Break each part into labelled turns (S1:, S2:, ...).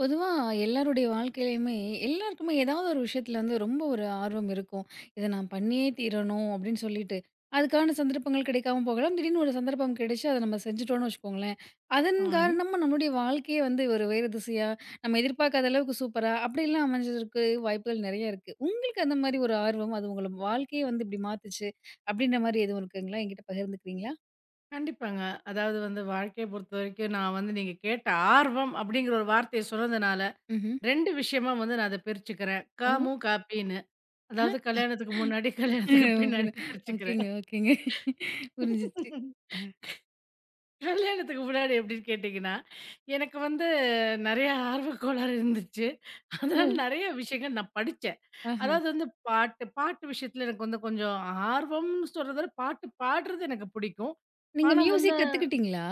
S1: பொதுவா எல்லாருடைய வாழ்க்கையிலயுமே எல்லாருக்குமே ஏதாவது ஒரு விஷயத்துல வந்து ரொம்ப ஒரு ஆர்வம் இருக்கும். இத நான் பண்ணியே தீரணும் அப்படின்னு சொல்லிட்டு, அதுக்கான சந்தர்ப்பங்கள் கிடைக்காம போகலாம். திடீர்னு ஒரு சந்தர்ப்பம் கிடைச்சு, அத நம்ம செஞ்சுட்டோம்னு வச்சுக்கோங்களேன். அதன்
S2: ஆ,
S1: காரணமா நம்மளுடைய வாழ்க்கையே வந்து ஒரு வேறு திசையா, நம்ம எதிர்பார்க்காத அளவுக்கு சூப்பரா அப்படிலாம் அமைஞ்சதற்கு வாய்ப்புகள் நெறைய இருக்கு. உங்களுக்கு அந்த மாரி ஒரு ஆர்வம், அது உங்கள வாழ்க்கையே வந்து இப்படி மாத்துச்சு அப்படின்ற மாரி எதுவும் இருக்குங்களா? என்கிட்ட பகிர்ந்துக்கிறீங்களா?
S2: கண்டிப்பாங்க. அதாவது வந்து வாழ்க்கைய பொறுத்தவரைக்கும் நான் வந்து நீங்க கேட்ட ஆர்வம் அப்படிங்கிற ஒரு வார்த்தைய சொன்னதுனால,
S1: ம்ஹ்ம்.
S2: 2 விஷயமா வந்து நான் அத பிரிச்சுக்கிறேன்.
S1: ஓ!
S2: காமு, காப்பின்னு. அதாவது கல்யாணத்துக்கு முன்னாடி, கல்யாணத்துக்கு
S1: ஆ,
S2: பின்னாடின்னு பிரிச்சுக்கிறேன்.
S1: ஓகேங்க, ஓகேங்க. புரிஞ்சிச்சு. அ.
S2: கல்யாணத்துக்கு முன்னாடி எப்படின்னு கேட்டீங்கன்னா, எனக்கு வந்து நெறைய ஆர்வக் கோளாறு இருந்துச்சு.
S1: ஓ!
S2: அதனால நெறைய விஷயங்கள் நான் படிச்சேன்.
S1: ஆஹ.
S2: அதாவது வந்து பாட்டு பாட்டு விஷயத்துல எனக்கு வந்து கொஞ்சம் ஆர்வம்னு சொல்றத விட, பாட்டு பாடுறது எனக்கு பிடிக்கும்.
S1: நீங்க
S2: ஆனா வந்து
S1: மியூசிக் கத்துக்கிட்டீங்களா?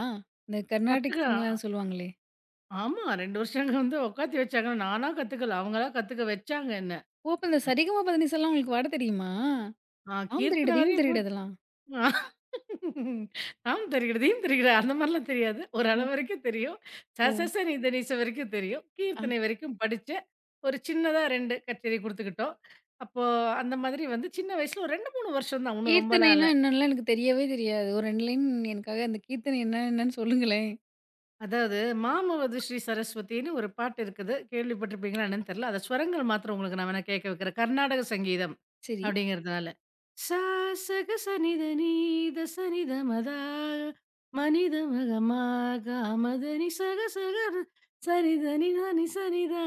S1: இந்த கர்நாடிக்
S2: கத்துக்க
S1: சிங்லாம் சொல்லுவாங்களே!
S2: ஆமா. 2 வருஷம் அங்க வந்து உட்காத்தி வச்சாங்க. நானா கத்துக்கல. அவங்களா கத்துக்க வச்சாங்க என்ன.
S1: ஓ! அப்ப இந்த சரிகம பதனிசாலாம் உங்களுக்கு வாட தெரியுமா?
S2: ஆ
S1: தாம் தெரியிட,
S2: கீர்த்தன
S1: தீம்
S2: வரையும்
S1: தெரியிட
S2: போட்டு
S1: இதெல்லாம்.
S2: தாம் தெரிகிறது, தீம் தெரிகிறது அந்த மாரிலாம் தெரியாது. ஒரு அளவு
S1: அது
S2: வரைக்கும் தெரியும். ச
S1: ஓ!
S2: ச ச நீ த, நி ச வரைக்கும் தெரியும்.
S1: ஆ,
S2: கீர்த்தனை வரைக்கும் படிச்சேன். ஒரு சின்னதா 2 கச்சேரி குடுத்துக்கிட்டோம். அப்போ அந்த மாதிரி வந்து சின்ன வயசுல ஒரு 2, 3 வருஷம் தான். ஒண்ணும் ரொம்பலாம்
S1: கீர்த்தனைனா
S2: இல்ல.
S1: என்னன்லாம் எனக்கு தெரியவே தெரியாது. ஒரு 2 லைன் எனக்காக அந்த கீர்த்தனை என்ன என்னன்னு சொல்லுங்களேன்.
S2: அதாவது, "மாமவது ஸ்ரீ சரஸ்வதின்னு" ஒரு பாட்டு இருக்குது. கேள்விப்பட்டிருப்பீங்களா என்னன்னு தெரியல. அத ஸ்வரங்கள் மாத்திரம் உங்களுக்கு நான் வேணா கேட்க வைக்கிறேன். கர்நாடக சங்கீதம்
S1: சரி.
S2: அப்படிங்கிறதுனால. "சா சக சனித நீத சனித மதா மனித மகமா காமதனி சக சக சரிதனி நனி சனிதா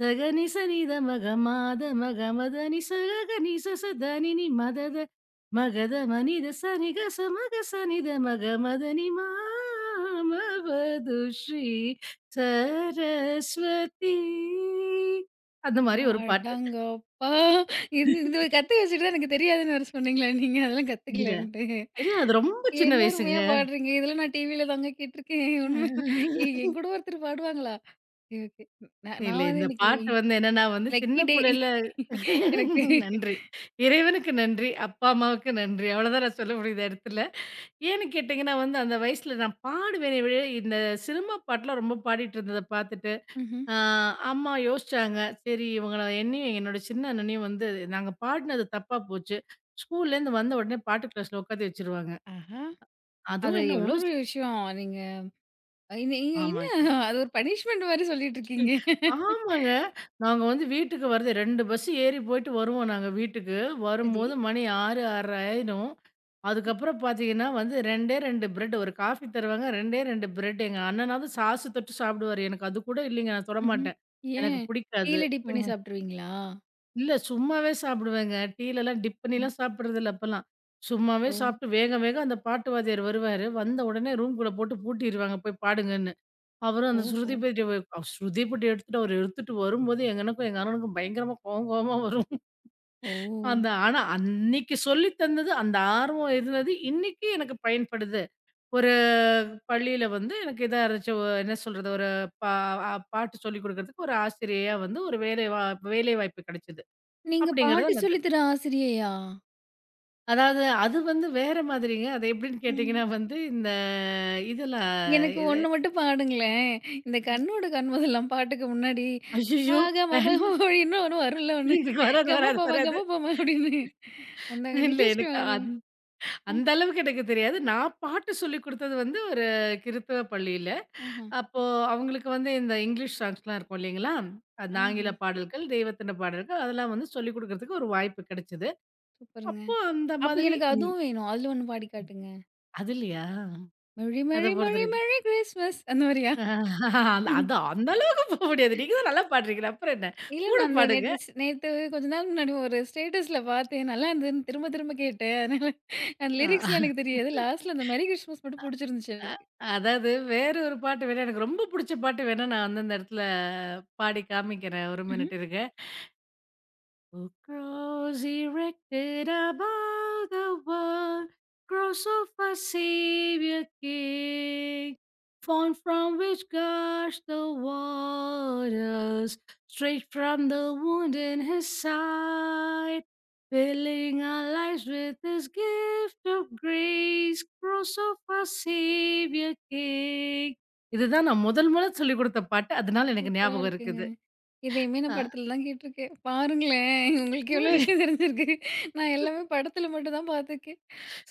S2: சகனி சனித மகமாத மகமதனி சககனி சசதனினி மதத" மகத மனித சனிக சமக சனித மக மதனி மாமவது ஸ்ரீ சரஸ்வதி அந்த மாதிரி ஒரு பாட்டு.
S1: அடங்கப்பா! இருந்து இது கத்து வச்சுட்டு தான் எனக்கு தெரியாதுன்னு வேற சொன்னீங்களா நீங்க? அதெல்லாம்
S2: இல்ல,
S1: கத்துக்கலன்ட்டு.
S2: இல்ல அது ரொம்ப சின்ன
S1: என்ன
S2: வயசுங்க.
S1: அருமையா பாடுறீங்க. இதெல்லாம் நான் டிவில தாங்க கேட்டுருக்கேன். உண்மையா என் கூட ஒருத்தர் பாடுவாங்களா? Okay, okay. நான்
S2: இல்ல
S1: நான் வந்து
S2: இந்த
S1: இன்னைக்கு
S2: பாட்டு வந்து என்னன்னா வந்து சின்ன
S1: லக்கி டே
S2: புள்ளைல
S1: எனக்கு.
S2: நன்றி. இறைவனுக்கு நன்றி, அப்பா அம்மாவுக்கு நன்றி. அவ்வளோதான் நான் சொல்ல முடியும் இந்த இடத்துல. ஏன்னு கேட்டீங்கன்னா வந்து அந்த வயசுல நான் பாடுவேனே ஒழிய இந்த சினிமா பாட்டுலாம் ரொம்ப பாடிட்டு இருந்தத பார்த்துட்டு
S1: ம்ஹ்ம்.
S2: ஆ, அம்மா யோசிச்சாங்க. சரி இவங்கள என்னையும் என்னோட சின்ன அண்ணனையும் வந்து நாங்க பாடுனது தப்பா போச்சு. ஸ்கூல்லேருந்து வந்த உடனே பாட்டு கிளாஸ்ல உட்காத்தி வச்சுருவாங்க.
S1: ஆஹா! அது
S2: அதுவும் என்ன
S1: எவ்ளோ
S2: ஒண்ணும்
S1: பெரிய விஷயம். நீங்க இது நீங்க என்ன
S2: ஆமாங்க.
S1: அது ஒரு பனிஷ்மென்ட் மாரி சொல்லிட்டு இருக்கீங்க.
S2: ஆமாங்க. நாங்க வந்து வீட்டுக்கு வரது 2 பஸ் ஏறி போயிட்டு வருவோம் நாங்க வீட்டுக்கு.
S1: சரி.
S2: வரும்போது மணி 6, 6:30 ஆயிரும். அதுக்கப்புறம் பார்த்தீங்கன்னா வந்து 2டே 2 பிரெட் ஒரு காஃபி தருவாங்க. 2டே 2 பிரெட் எங்க அண்ணனாவது சாசு தொட்டு சாப்பிடுவாரு. எனக்கு அது கூட இல்லைங்க. நான்
S1: ம்ஹ்ம்.
S2: தொடமாட்டேன். எனக்கு
S1: ஏன்?
S2: பிடிக்காது.
S1: டீல டிப் பண்ணி சாப்ட்டுருவீங்களா?
S2: இல்ல சும்மாவே சாப்பிடுவேங்க. டீலலாம் டிப்
S1: ம்.
S2: பண்ணிலாம் சாப்பிடுறது இல்ல அப்பலாம். சும்மாவே
S1: ஓ!
S2: சாப்பிட்டு வேக வேக அந்த பாட்டு வாத்தியார் வருவாரு. வந்த உடனே ரூம்குள்ள போட்டு பூட்டிருவாங்க போய் பாடுங்கன்னு. அவரும் அந்த
S1: ஓஹோ!
S2: ஸ்ருதி பெட்டிய வ அவ் ஸ்ருதி பெட்டி எடுத்துட்டு அவரு எடுத்துட்டு வரும்போது எங்க எனக்கும், எங்க அண்ணனுக்கும் பயங்கரமா கோவம் கோவமா வரும்.
S1: ஓ!
S2: அந்த ஆனா அன்னைக்கு சொல்லி தந்தது, அந்த ஆர்வம் இருந்தது இன்னைக்கு எனக்கு பயன்படுது. ஒரு பள்ளியில வந்து எனக்கு இதா இருந்துச்சு என்ன சொல்றது ஒரு பா அ பாட்டு சொல்லிக் குடுக்கறதுக்கு ஒரு ஆசிரியையா வந்து ஒரு வேலை வாய்ப்பு கிடைச்சது.
S1: நீங்க
S2: அப்படிங்கிறத
S1: பாட்டு
S2: நான்
S1: சொல்லி தர ஆசிரியையா?
S2: அதாவது அது வந்து வேற மாதிரிங்க. அது எப்படின்னு
S1: ம்.
S2: கேட்டீங்கன்னா வந்து, இந்த இதெல்லாம்
S1: எனக்கு
S2: இது
S1: ஒண்ணு மட்டும் பாடுங்களேன். இந்த
S2: ம்.
S1: கண்ணோட கண் முதலாம் பாட்டுக்கு முன்னாடி பா,
S2: ஐய்யய்யோ!
S1: க, ம, ப, ம
S2: வேண்டாம்.
S1: அப்படின்னு ஒண்ணு வரும்ல ஒண்ணு.
S2: எனக்கு வராது,
S1: கம,
S2: வராது,
S1: ப, ம,
S2: வராது.
S1: கம, ப, ம அப்படின்னு. அந்த
S2: இல்ல
S1: நிதிஷ்மி
S2: எனக்கு
S1: மாதிரி. அ,
S2: அந்த அளவுக்கு எனக்கு தெரியாது. நான் பாட்டு சொல்லிக் குடுத்தது வந்து ஒரு கிறித்தவ பள்ளியில.
S1: ஆஹ.
S2: அப்போ அவங்களுக்கு வந்து இந்த இங்கிலீஷ் சாங்ஸ்லாம் இருக்கும் இல்லைங்களா? அந்த
S1: ஆஹா!
S2: ஆங்கில பாடல்கள், தெய்வத்தின பாடல்கள் அதெல்லாம் வந்து சொல்லிக் குடுக்கறதுக்கு ஒரு வாய்ப்பு கிடைச்சது.
S1: சூப்பருங்க.
S2: அப்போ அந்த
S1: அப்ப
S2: மாதிரி
S1: எனக்கு அதுவும் வேணும். அதுல ஒண்ணு பாடி காட்டுங்க.
S2: அதுலயா?
S1: "மெர்ரி
S2: அத
S1: மெர்ரி
S2: பொறுத்த
S1: மெர்ரி மெர்ரி கிறிஸ்மஸ்" அந்த மாரியா?
S2: அந்த அதான் அந்த அளவுக்கு போக முடியாது. நீங்க தான் நல்லா பாடுறீங்களே! அப்புறம் என்ன?
S1: இல்ல
S2: கூட
S1: நான் அந்த
S2: பாடுங்க.
S1: நேத்து கொஞ்ச நாள் முன்னாடி ஒரு ஸ்டேட்டஸ்ல பார்த்தேன். நல்லா இருந்ததுன்னு திரும்ப திரும்ப கேட்டேன். அதனால அந்த லிரிக்ஸ்லாம்
S2: அ
S1: எனக்கு தெரியாது. லாஸ்ட்ல அந்த மெர்ரி கிறிஸ்மஸ் மட்டும் புடிச்சிருந்துச்சு எனக்கு.
S2: அதாவது வேற ஒரு பாட்டு வேணா எனக்கு ரொம்ப புடிச்ச பாட்டு வேணா நான் வந்து அந்த இடத்துல பாடி காமிக்கிறேன். ஒரு
S1: ம்ஹ்ம்.
S2: மினிட் இருங்க. Oh, cross erected above the world, cross of a Savior King, font from which gush the waters, straight from the wound in his side, filling our lives with his gift of grace, cross of a Savior King. இதுதான் நான் முதல் முதல் சொல்லிக் கொடுத்த பாட்டு. அதனால எனக்கு
S1: சூப்பரா
S2: ஞாபகம்
S1: இருக்குங்க.
S2: இருக்குது.
S1: இதையுமே நான்
S2: அ.
S1: படத்துல தான் கேட்டுருக்கேன். பாருங்களேன்! உங்களுக்கு எவ்ளோ விஷயம் தெரிஞ்சிருக்கு. நான் எல்லாமே படத்துல மட்டும் தான் பார்த்துருக்கேன்.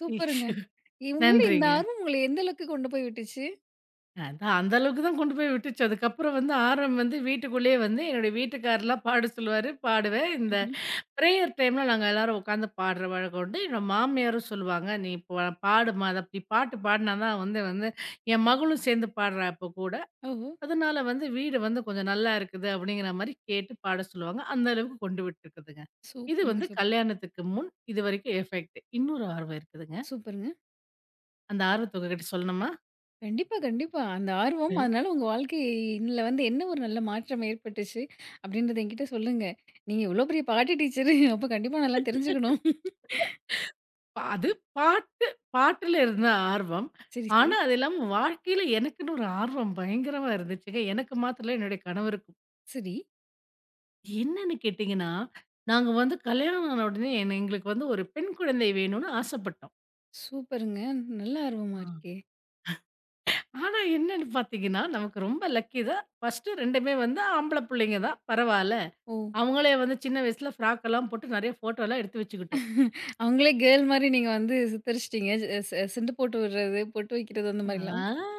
S1: சூப்பருங்க. இவங்களோட இந்த
S2: நன்றிங்க.
S1: ஆர்வம் உங்கள எந்த அளவுக்கு கொண்டு போய் விட்டுச்சு?
S2: அதான் அந்த அளவுக்கு தான் கொண்டு போய் விட்டுச்சு. அதுக்கப்புறம் வந்து வந்து வீட்டுக்குள்ளேயே வந்து என்னுடைய வீட்டுக்காரர்லாம் பாட சொல்லுவாரு. பாடுவேன். இந்த
S1: ம்ஹ்ம்.
S2: பிரேயர் டைம்ல நாங்க எல்லாரும் உட்காந்து பாடுற வழக்கம் உண்டு. என்னோட மாமியாரும் சொல்லுவாங்க, "நீ பாடுமா, அது அப்படி பாட்டு பாடுனா தான் வந்து வந்து என் மகளும் சேர்ந்து பாடுறா இப்போ கூட.
S1: ஓஹோ!
S2: அதனால வந்து வீடு வந்து கொஞ்சம் நல்லா இருக்குது." அப்படிங்கிற மாரி கேட்டு பாட சொல்லுவாங்க. அந்த அளவுக்கு கொண்டு விட்டுருக்குதுங்க. இது
S1: சூப்பருங்க,
S2: வந்து
S1: சூப்பர்.
S2: கல்யாணத்துக்கு முன் இதுவரைக்கும் எஃபெக்ட். இன்னொரு ஆர்வம் இருக்குதுங்க.
S1: சூப்பருங்க.
S2: அந்த ஆர்வத்த உங்ககிட்ட சொல்லணுமா?
S1: கண்டிப்பா, கண்டிப்பா. அந்த ஆர்வம் அதனால உங்க வாழ்க்கையில வந்து என்ன ஒரு நல்ல மாற்றம் ஏற்பட்டுச்சு அப்படின்றத என்கிட்ட சொல்லுங்க. நீங்க இவ்ளோ பெரிய பாட்டு டீச்சரு அப்ப கண்டிப்பா நல்லா தெரிஞ்சுக்கணும்.
S2: அது பாட்டு பாட்டுல இருந்த ஆர்வம்.
S1: சரி, சரி,
S2: ஆனா, அது இல்லாம வாழ்க்கையில எனக்குன்னு ஒரு ஆர்வம் பயங்கரமா இருந்துச்சுங்க. எனக்கு மாத்திரம் இல்ல என்னுடைய கணவருக்கும்.
S1: சரி.
S2: என்னன்னு கேட்டீங்கன்னா, நாங்க வந்து கல்யாணம் ஆன உடனே என்ன எங்களுக்கு வந்து ஒரு பெண் குழந்தை வேணும்னு ஆசைப்பட்டோம்.
S1: சூப்பருங்க. நல்ல ஆர்வமா
S2: ஆ.
S1: இருக்கே!
S2: ஆனா, என்னன்னு பார்த்தீங்கன்னா, நமக்கு ரொம்ப லக்கி தான். ஃபர்ஸ்ட்டு 2மே வந்து ஆம்பள புள்ளைங்க தான். பரவால்ல.
S1: ஓ!
S2: அவங்களே வந்து சின்ன வயசுல ஃப்ராக் எல்லாம் போட்டு நெறைய ஃபோட்டோலாம் எடுத்து வச்சுக்கிட்டோம்.
S1: அவங்களே கேர்ள் மாரி நீங்க வந்து சித்தரிச்சுட்டீங்க. அ, செண்டு போட்டு விடுறது, பொட்டு வைக்கிறது அந்த மாரிலாம்.
S2: ஆ.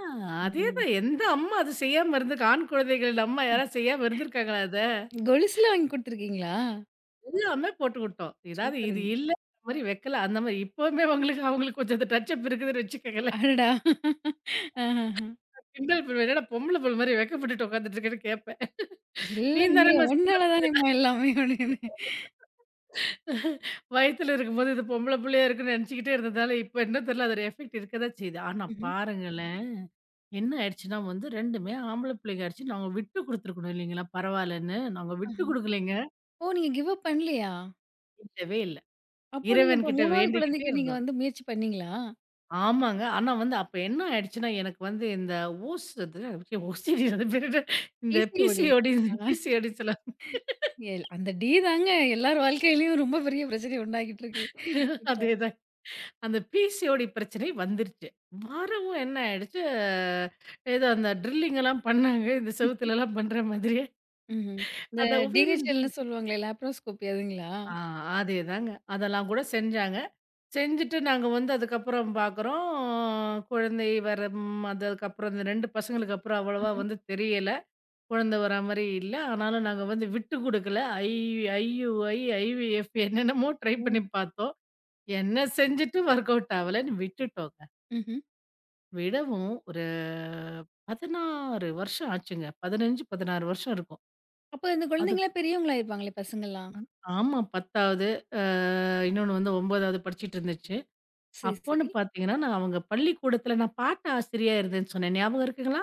S1: ம்.
S2: அதேதான் எந்த அம்மா அது செய்யாம இருந்திருக்கா? ஆண் குழந்தைகள் நம்ம யாராவது செய்யாம இருந்திருக்காங்களா
S1: கொலுசுலாம் வாங்கி குடுத்துருக்கீங்களா?
S2: எல்லாமே போட்டு விட்டோம். எதாவது இது
S1: சூப்பருங்க.
S2: இல்ல மாரி வைக்கல. அந்த மாரி இப்பவுமே அவங்களுக்கு அவங்களுக்கு கொஞ்சம் அந்த டச் அப் இருக்குதுன்னு வச்சுக்கங்களேன்.
S1: அடடா! ஆஹஹ.
S2: கிண்டல் பண்ணுவேன். என்னடா பொம்பள புள்ள மாரி வெட்கப்பட்டுட்டு உட்காந்துட்டு இருக்கேன்னு கேட்பேன்.
S1: இல்ல
S2: நீ
S1: நீ
S2: தானேம்மா சின்ன
S1: உன்னால தானேம்மா எல்லாமே அப்படின்னு.
S2: வயத்துல இருக்கும்போது இது பொம்பள புள்ளையா இருக்குன்னு நினச்சுக்கிட்டே இருந்ததால, இப்ப என்ன தெரியல அதோட எஃபெக்ட் இருக்க தான் செய்யுது. ஆனா
S1: ம்ஹ்ம்.
S2: பாருங்களேன், என்ன ஆயிடுச்சுன்னா வந்து 2மே ஆம்பள பிள்ளைங்க ஆயிடுச்சு. நாங்க விட்டு குடுத்துருக்கணும் இல்லைங்களா? பரவாயில்லன்னு. நாங்க விட்டு
S1: ஆஹ.
S2: குடுக்கலைங்க.
S1: ஓ! நீங்க கிவ் அப் பண்ணலையா?
S2: இல்லவே இல்ல.
S1: அப்போ நீங்க அப்புறம்
S2: இறைவன்கிட்ட
S1: 3வது
S2: வேண்டிக்கிட்டே
S1: குழந்தைக்கு நீங்க
S2: இருந்தோம்.
S1: வந்து முயற்சி பண்ணீங்களா?
S2: ஆமாங்க. ஆனா வந்து அப்ப என்ன ஆயிடுச்சுன்னா, எனக்கு வந்து இந்த ஓஸ் அது ஓசிடி அது பேரு என்ன? இந்த
S1: பிசிஓடி.
S2: பிசிஓடி
S1: ஆ,
S2: பிசிஓடி சொல்ல
S1: எல் அந்த டி தாங்க எல்லார் வாழ்க்கையிலயும் ரொம்ப பெரிய பிரச்சனைய உண்டாக்கிட்டு இருக்கு. இப்போ
S2: அதேதான். அந்த பிசிஓடி பிரச்சனை வந்துருச்சு. வரவும் என்ன ஆயிடுச்சு, ஏதோ அந்த ட்ரில்லிங் எல்லாம் பண்ணாங்க. இந்த செவுத்துலலாம் பண்ற மாதிரியே.
S1: ம்ஹ்ம். இந்த
S2: அத ஓவேரியன்
S1: டிஹெச்எல்ன்னு
S2: ட்ரில்
S1: சொல்லுவாங்களே லேப்ரோஸ்கோபி அதுங்களா?
S2: ஆ அதேதாங்க. அதெல்லாம் கூட செஞ்சாங்க. செஞ்சுட்டு நாங்க வந்து அதுக்கப்புறம் பார்க்குறோம், குழந்தை வரம் அதுக்கப்புறம் இந்த 2 பசங்களுக்கு அப்புறம் அவ்வளவா
S1: ம்ஹ்ம்.
S2: வந்து தெரியல. குழந்த வரா மாரி இல்ல. ஆனாலும் நாங்க வந்து விட்டு குடுக்கல. ஐ, ஐயுஐ, ஐவிஎஃப் என்னென்னமோ ட்ரை
S1: ஓ!
S2: பண்ணி பார்த்தோம். என்ன செஞ்சுட்டும் ஒர்க் அவுட் ஆவலன்னு விட்டுட்டோங்க.
S1: ம்ஹ்ம்.
S2: விடவும் ஒரு 16 வருஷம் ஆச்சுங்க. 15, 16 வருஷம் இருக்கும்.
S1: அப்போ இந்த
S2: அதுக்
S1: குழந்தைங்களா பெரியவங்களாயிருப்பாங்களே பசங்கள்லாம்.
S2: ஆமா 10வது அ இன்னொன்னு வந்து 9வது படிச்சுட்டு இருந்துச்சு.
S1: சரி,
S2: அப்போன்னு
S1: சரி.
S2: பார்த்தீங்கன்னா, நான் அவங்க பள்ளிக்கூடத்தில நான் பாட்ட ஆசிரியா இருந்தேன்னு சொன்னேன். ஞாபகம் இருக்குங்களா?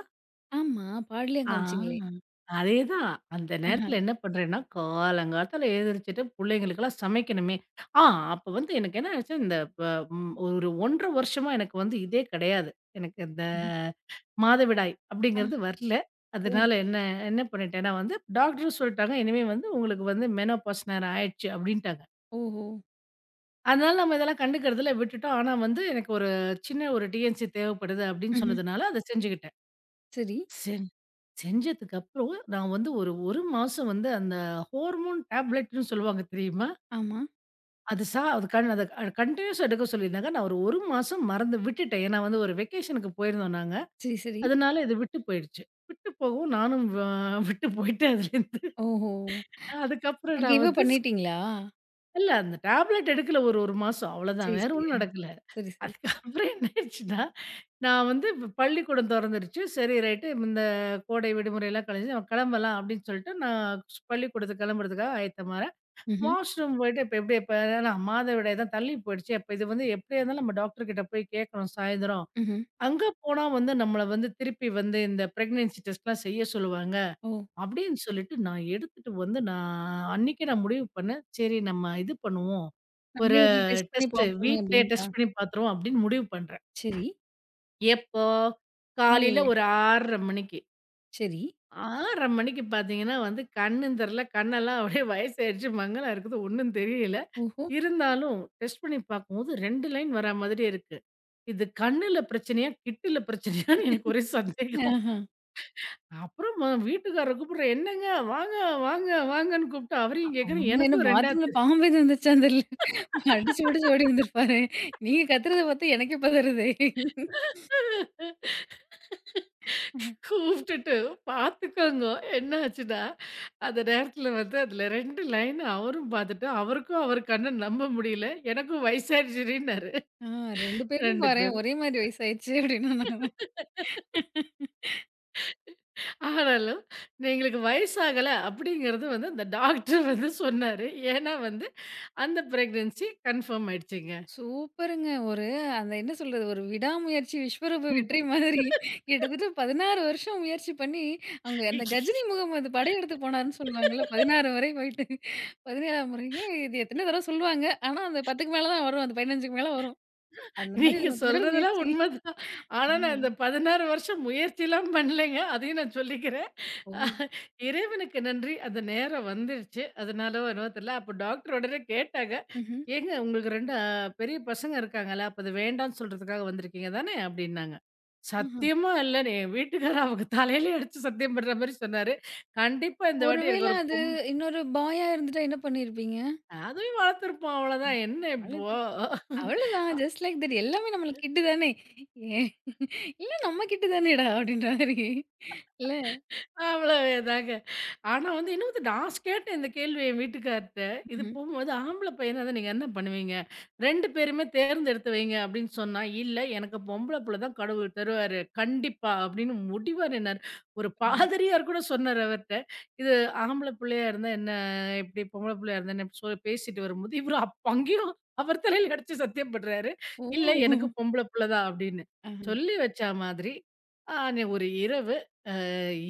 S1: ஆமா. பாடலயும் காமிச்சீங்களே!
S2: ஆ. அதேதான். அந்த
S1: ஆஹா.
S2: நேரத்துல என்ன பண்றேன்னா, காலங்காத்தால எழுந்திரிச்சுட்டு புள்ளைங்களுக்கெல்லாம் சமைக்கணுமே. ஆ அப்ப வந்து எனக்கு என்ன ஆச்சு, இந்த ப ம் ஒரு 1 1/2 வருஷமா எனக்கு வந்து இதே கிடையாது. எனக்கு இந்த
S1: அஹ.
S2: மாதவிடாய்
S1: ஆ.
S2: அப்படிங்கிறது வரல.
S1: ஓ!
S2: அதனால என்ன என்ன பண்ணிட்டேன்னா வந்து, டாக்டரும் சொல்லிட்டாங்க, "இனிமே வந்து உங்களுக்கு வந்து மெனோபாஸ் நேரம் ஆயிடுச்சு" அப்படின்ட்டாங்க.
S1: ஓஹோ!
S2: அதனால நம்ம இதெல்லாம் கண்டுக்கிறதில்ல விட்டுட்டோம். ஆனா வந்து எனக்கு ஒரு சின்ன ஒரு டிஎன்சி தேவைப்படுது அப்படின்னு
S1: ம்ஹ்ம்.
S2: சொன்னதுனால, அத செஞ்சுக்கிட்டேன்.
S1: சரி.
S2: செஞ் செஞ்சதுக்கு அப்புறம், நான் வந்து ஒரு 1 மாசம் வந்து அந்த ஹார்மோன் டேப்லெட்ன்னு சொல்லுவாங்க தெரியுமா?
S1: ஆமா.
S2: அது அது அத கன்டினியூஸா எடுக்க சொல்லியிருந்தாங்க. நான் ஒரு 1 மாசம் மறந்து விட்டுட்டேன். ஏன்னா வந்து ஒரு வெக்கேஷனுக்கு போயிருந்தோம் நாங்க.
S1: சரி, சரி.
S2: அதனால இது விட்டு போயிடுச்சு. விட்டு போகவும் நானும் விட்டு போயிட்டேன் அதுலேருந்து.
S1: ஓஹோ!
S2: அதுக்கப்புறம்
S1: அப்ப
S2: நான்
S1: கிவ் அப்
S2: வந்து
S1: பண்ணிட்டீங்களா?
S2: இல்ல அந்த டேப்லெட் எடுக்கல ஒரு 1 மாசம் அவ்வளோதான்.
S1: சரி,
S2: வேற
S1: சரி.
S2: ஒண்ணும்
S1: ஆ.
S2: நடக்கல.
S1: சரி, சரி.
S2: அதுக்கப்புறம் என்ன ஆயிடுச்சுன்னா, நான் வந்து பள்ளிக்கூடம் தொறந்துருச்சு. சரி ரைட்டு இந்த கோடை விடுமுறைலாம் கழிஞ்சு நம்ம கிளம்பலாம் அப்படின்னு சொல்லிட்டு, நான் பள்ளிக்கூடத்துக்கு கிளம்புறதுக்காக ஆயத்தமாறேன்.
S1: ம்ஹ்ம்.
S2: வாஷ்ரூம் போயிட்டு இப்ப எப்படி இப்ப ஏன்னா மாதவிடாய் தான் தள்ளி போயிடுச்சு. அப்ப இது வந்து எப்படியா இருந்தாலும் நம்ம டாக்டர் கிட்ட போய் கேட்கணும் சாயந்தரம்.
S1: ம்ஹ்ம்.
S2: அங்க போனா வந்து நம்மள வந்து திருப்பி வந்து இந்த பிரெக்னன்சி டெஸ்ட்லாம் செய்ய சொல்லுவாங்க.
S1: ஓ!
S2: அப்படின்னு சொல்லிட்டு நான் எடுத்துட்டு வந்து நான் அன்னைக்கே நான் முடிவு பண்ணேன். சரி நம்ம இது பண்ணுவோம்.
S1: நம்மளே
S2: ஒரு
S1: வீட்ல டெஸ்ட் பண்ணி
S2: டெஸ்ட்டு
S1: பார்ப்போமே
S2: வீட்லயே
S1: அப்டின்ட்டா.
S2: டெஸ்ட் பண்ணி பார்த்துருவோம் அப்படின்னு முடிவு பண்றேன்.
S1: சரி.
S2: எப்போ?
S1: நாள்
S2: காலையில
S1: இல்லை.
S2: ஒரு 6:30 மணிக்கு.
S1: சரி.
S2: 6:30 மணிக்கு பார்த்தீங்கன்னா வந்து கண்ணும் தெர்ல, கண்ணெல்லாம் அப்படியே வயசாயிடுச்சு, மங்கலா இருக்குது, ஒண்ணும் தெரியல.
S1: ஓஹோ!
S2: இருந்தாலும் டெஸ்ட் பண்ணி பார்க்கும்போது 2 லைன் வரா மாதிரி இருக்கு. இது கண்ணுல பிரச்சனையா? கிட்டுல பிரச்சனையான்னு எனக்கு ஒரே சந்தேகம்.
S1: ஆஹா.
S2: அப்புறம் ம வீட்டுக்காரர கூப்பிடுறேன். "என்னங்க வாங்க, வாங்க, வாங்கன்னு கூப்பிட்டா அவரையும் கேட்குறேன்,
S1: அவங்க என்ன
S2: எனக்கும் 2ஆ
S1: பாத்ரூம்ல
S2: தெரி"
S1: பாம்பு எதுவும் வந்துருச்சா தெர்ல. அடிச்சு புடிச்சு ஓடி வந்திருப்பாரு. நீங்க கத்துறத பார்த்தா எனக்கே பதறுதே. ம்.
S2: கூப்பிட்டுட்டு பார்த்துக்கோங்க. என்னாச்சுன்னா, அந்த நேரத்தில வந்து அதில 2 லைன் அவரும் பார்த்துட்டு, அவருக்கும் அவர் கண்ண நம்ப முடியல. எனக்கும் வயசாயிடுச்சுடின்னாரு
S1: ஆ, 2 பேருக்கும்
S2: 2
S1: பாரேன்
S2: பேரும்.
S1: ஒரே மாரி வயசாயிருச்சு அப்டின்னா
S2: ஆனாலும் எங்களுக்கு வயசாகல அப்படிங்கிறது வந்து அந்த டாக்டர் வந்து சொன்னாரு. ஏன்னா வந்து அந்த பிரெக்னன்சி கன்ஃபர்ம் ஆயிடுச்சுங்க.
S1: சூப்பருங்க. ஒரு அந்த என்ன சொல்றது? ஒரு விடாமுயற்சி விஸ்வரூப வெற்றி மாதிரி கிட்டத்தட்ட 16 வருஷம் முயற்சி பண்ணி, அவங்க அந்த கஜினி முகமது படையெடுத்து போனாருன்னு சொல்லுவாங்கல்ல. 16 வரை போயிட்டு 17ஆம் முறையே இது எத்தனையோ தடவ சொல்லுவாங்க. ஆனா அந்த 10க்கு மேல தான் வரும். அந்த 15க்கு மேல வரும். அந்த மாதிரி
S2: நீங்க
S1: ஒரு தொடர்
S2: சொல்றதெல்லாம்
S1: முயற்சி.
S2: உண்மைதான். ஆனா, நான் இந்த
S1: ம்.
S2: 16 வருஷம் முயற்சிலாம் பண்ணலைங்க. அதையும் நான் சொல்லிக்கிறேன்.
S1: ஓ!
S2: அஹ், இறைவனுக்கு நன்றி. அந்த நேரம் வந்துருச்சு. அதனாலவோ என்னவோ தெரியல. அப்ப டாக்டர் உடனே கேட்டாங்க.
S1: ம்ஹ்ம்.
S2: "ஏங்க உங்களுக்கு 2 பெரிய பசங்க இருக்காங்கல்ல, அப்ப அது வேண்டான்னு சொல்றதுக்காக வந்திருக்கீங்க தானே?" அப்படின்னாங்க.
S1: ம்ஹ்ம்.
S2: சத்தியமா இல்லன்னு என் வீட்டுக்காரர் அவங்க தலையிலேயே அடிச்சு சத்தியம் பண்ற மாரி சொன்னாரு. கண்டிப்பா இந்த வாட்டி
S1: ஒருவேள
S2: எனக்கு ஒரு
S1: அது இன்னொரு பாயா இருந்துட்டா என்ன பண்ணியிருப்பீங்க?
S2: அதுவும் வளர்த்துருப்போம் அவ்வளோதான். என்ன இப்போ?
S1: அவ்வளவுதான். Just like that. எல்லாமே நம்மளுக்கு கிட்டு தானே. ஏ, இல்ல நம்ம கிட்டு தானேடா! அப்படின்ற மாரி. இல்ல.
S2: அவ்வளவேதாங்க. ஆனா வந்து இன்னும் வந்து நான் கேட்டேன் இந்த கேள்விய என் வீட்டுக்கார்ட்ட. "இது
S1: ம்ஹ்ம்.
S2: போகும்போது ஆம்பள பையனா இருந்தா நீங்க என்ன பண்ணுவீங்க? 2 பேருமே தேர்ந்தெடுத்து வைங்க" அப்படின்னு சொன்னா, "இல்ல எனக்கு பொம்பள புள்ள தான் கடவுள் தருவாரு. கண்டிப்பா" அப்படின்னு முடிவா நின்னாரு. ஒரு பாதிரியார் கூட சொன்னாரு அவர்ட்ட. இது ஆம்பள புள்ளையா இருந்தா என்ன? இப்படி பொம்பள புள்ளையா இருந்தா என்ன? இப்படி சொல்லி பேசிட்டு வரும்போது, இவரு அங்கேயும் அவர் தலையில அடிச்சு சத்தியம் பண்றாரு. "இல்ல எனக்கு
S1: ஓ!
S2: பொம்பள புள்ள தான்" அப்படின்னு.
S1: ஆஹா.
S2: சொல்லி வச்சா மாதிரி, ஆ நீ ஒரு இரவு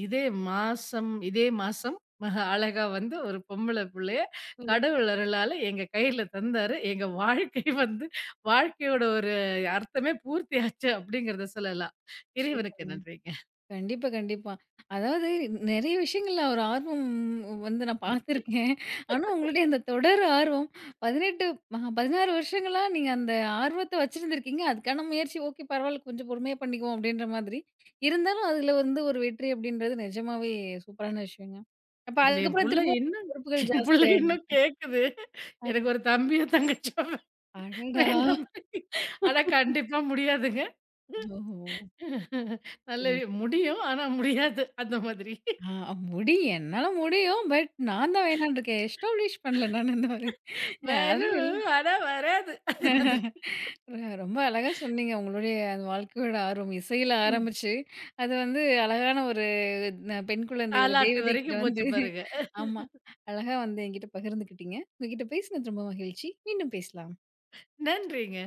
S2: இதே மாசம் இதே மாசம் மக அழகா வந்து ஒரு பொம்பள புள்ளைய
S1: ஓ!
S2: கடவுள் அருளால எங்க கையில தந்தாரு. எங்க வாழ்க்கை வந்து வாழ்க்கையோட ஒரு அர்த்தமே பூர்த்தியாச்சு அப்டிங்கிறத சொல்லலாம். இறைவனுக்கு
S1: சூப்பருங்க.
S2: நன்றிங்க.
S1: கண்டிப்பா, கண்டிப்பா. அதாவது நெறைய விஷயங்கள்ல ஒரு ஆர்வம் வந்து நான் பார்த்துருக்கேன். ஆனா, உங்களுடைய அந்த தொடர் ஆர்வம் 18 ம 16 வருஷங்களா நீங்க அந்த ஆர்வத்த வச்சிருந்திருக்கீங்க. அதுக்கான முயற்சி ஓகே பரவால்ல கொஞ்சம் பொறுமையா பண்ணிக்குவோம் அப்டின்ற மாதிரி. இருந்தாலும் அதுல வந்து ஒரு வெற்றி அப்டின்றது நிஜமாவே சூப்பரான விஷயங்க. அப்ப
S2: இதுல என்
S1: அதுக்கப்புறம்
S2: புள்ள
S1: திரும்பவும்
S2: இன்னும்
S1: பொறுப்புகள்
S2: என் புள்ள
S1: ஜாஸ்தியா
S2: இன்னும் கேட்குது.
S1: ஆ.
S2: எனக்கு ஒரு தம்பியோ, தங்கச்சியோ
S1: அடடா!
S2: வேண்டாம். ஆனா கண்டிப்பா முடியாதுங்க.
S1: ஓஹோ!
S2: நல்ல
S1: சரிங்க.
S2: முடியும். ஆனா முடியாது. அந்த மாதிரி.
S1: ஆ, முடியும் என்னால முடியும். பட் நான் தான் வேணான்னு இருக்கேன். எஸ்டாப்ளிஷ் பண்ணல நான் இந்த மாரி. ஆல்ரெடி
S2: வரும் ஆனா வராது. அந்த மாதிரி.
S1: ர- ரொம்ப அழகா சொன்னீங்க. உங்களுடைய அந்த வாழ்க்கையோட ஆர்வம். இசையில ஆரம்பிச்சு, அது வந்து அழகான ஒரு பெண் குழந்தை, ஒரு
S2: தாலாட்டு
S1: தேவதைகிட்ட
S2: வரைக்கும் போச்சு
S1: வந்து
S2: பாருங்க.
S1: ஆமா. அழகா வந்து என்கிட்ட பகிர்ந்துக்கிட்டீங்க. உங்ககிட்ட பேசினது ரொம்ப மகிழ்ச்சி. மீண்டும் பேசலாம்.
S2: நன்றிங்க.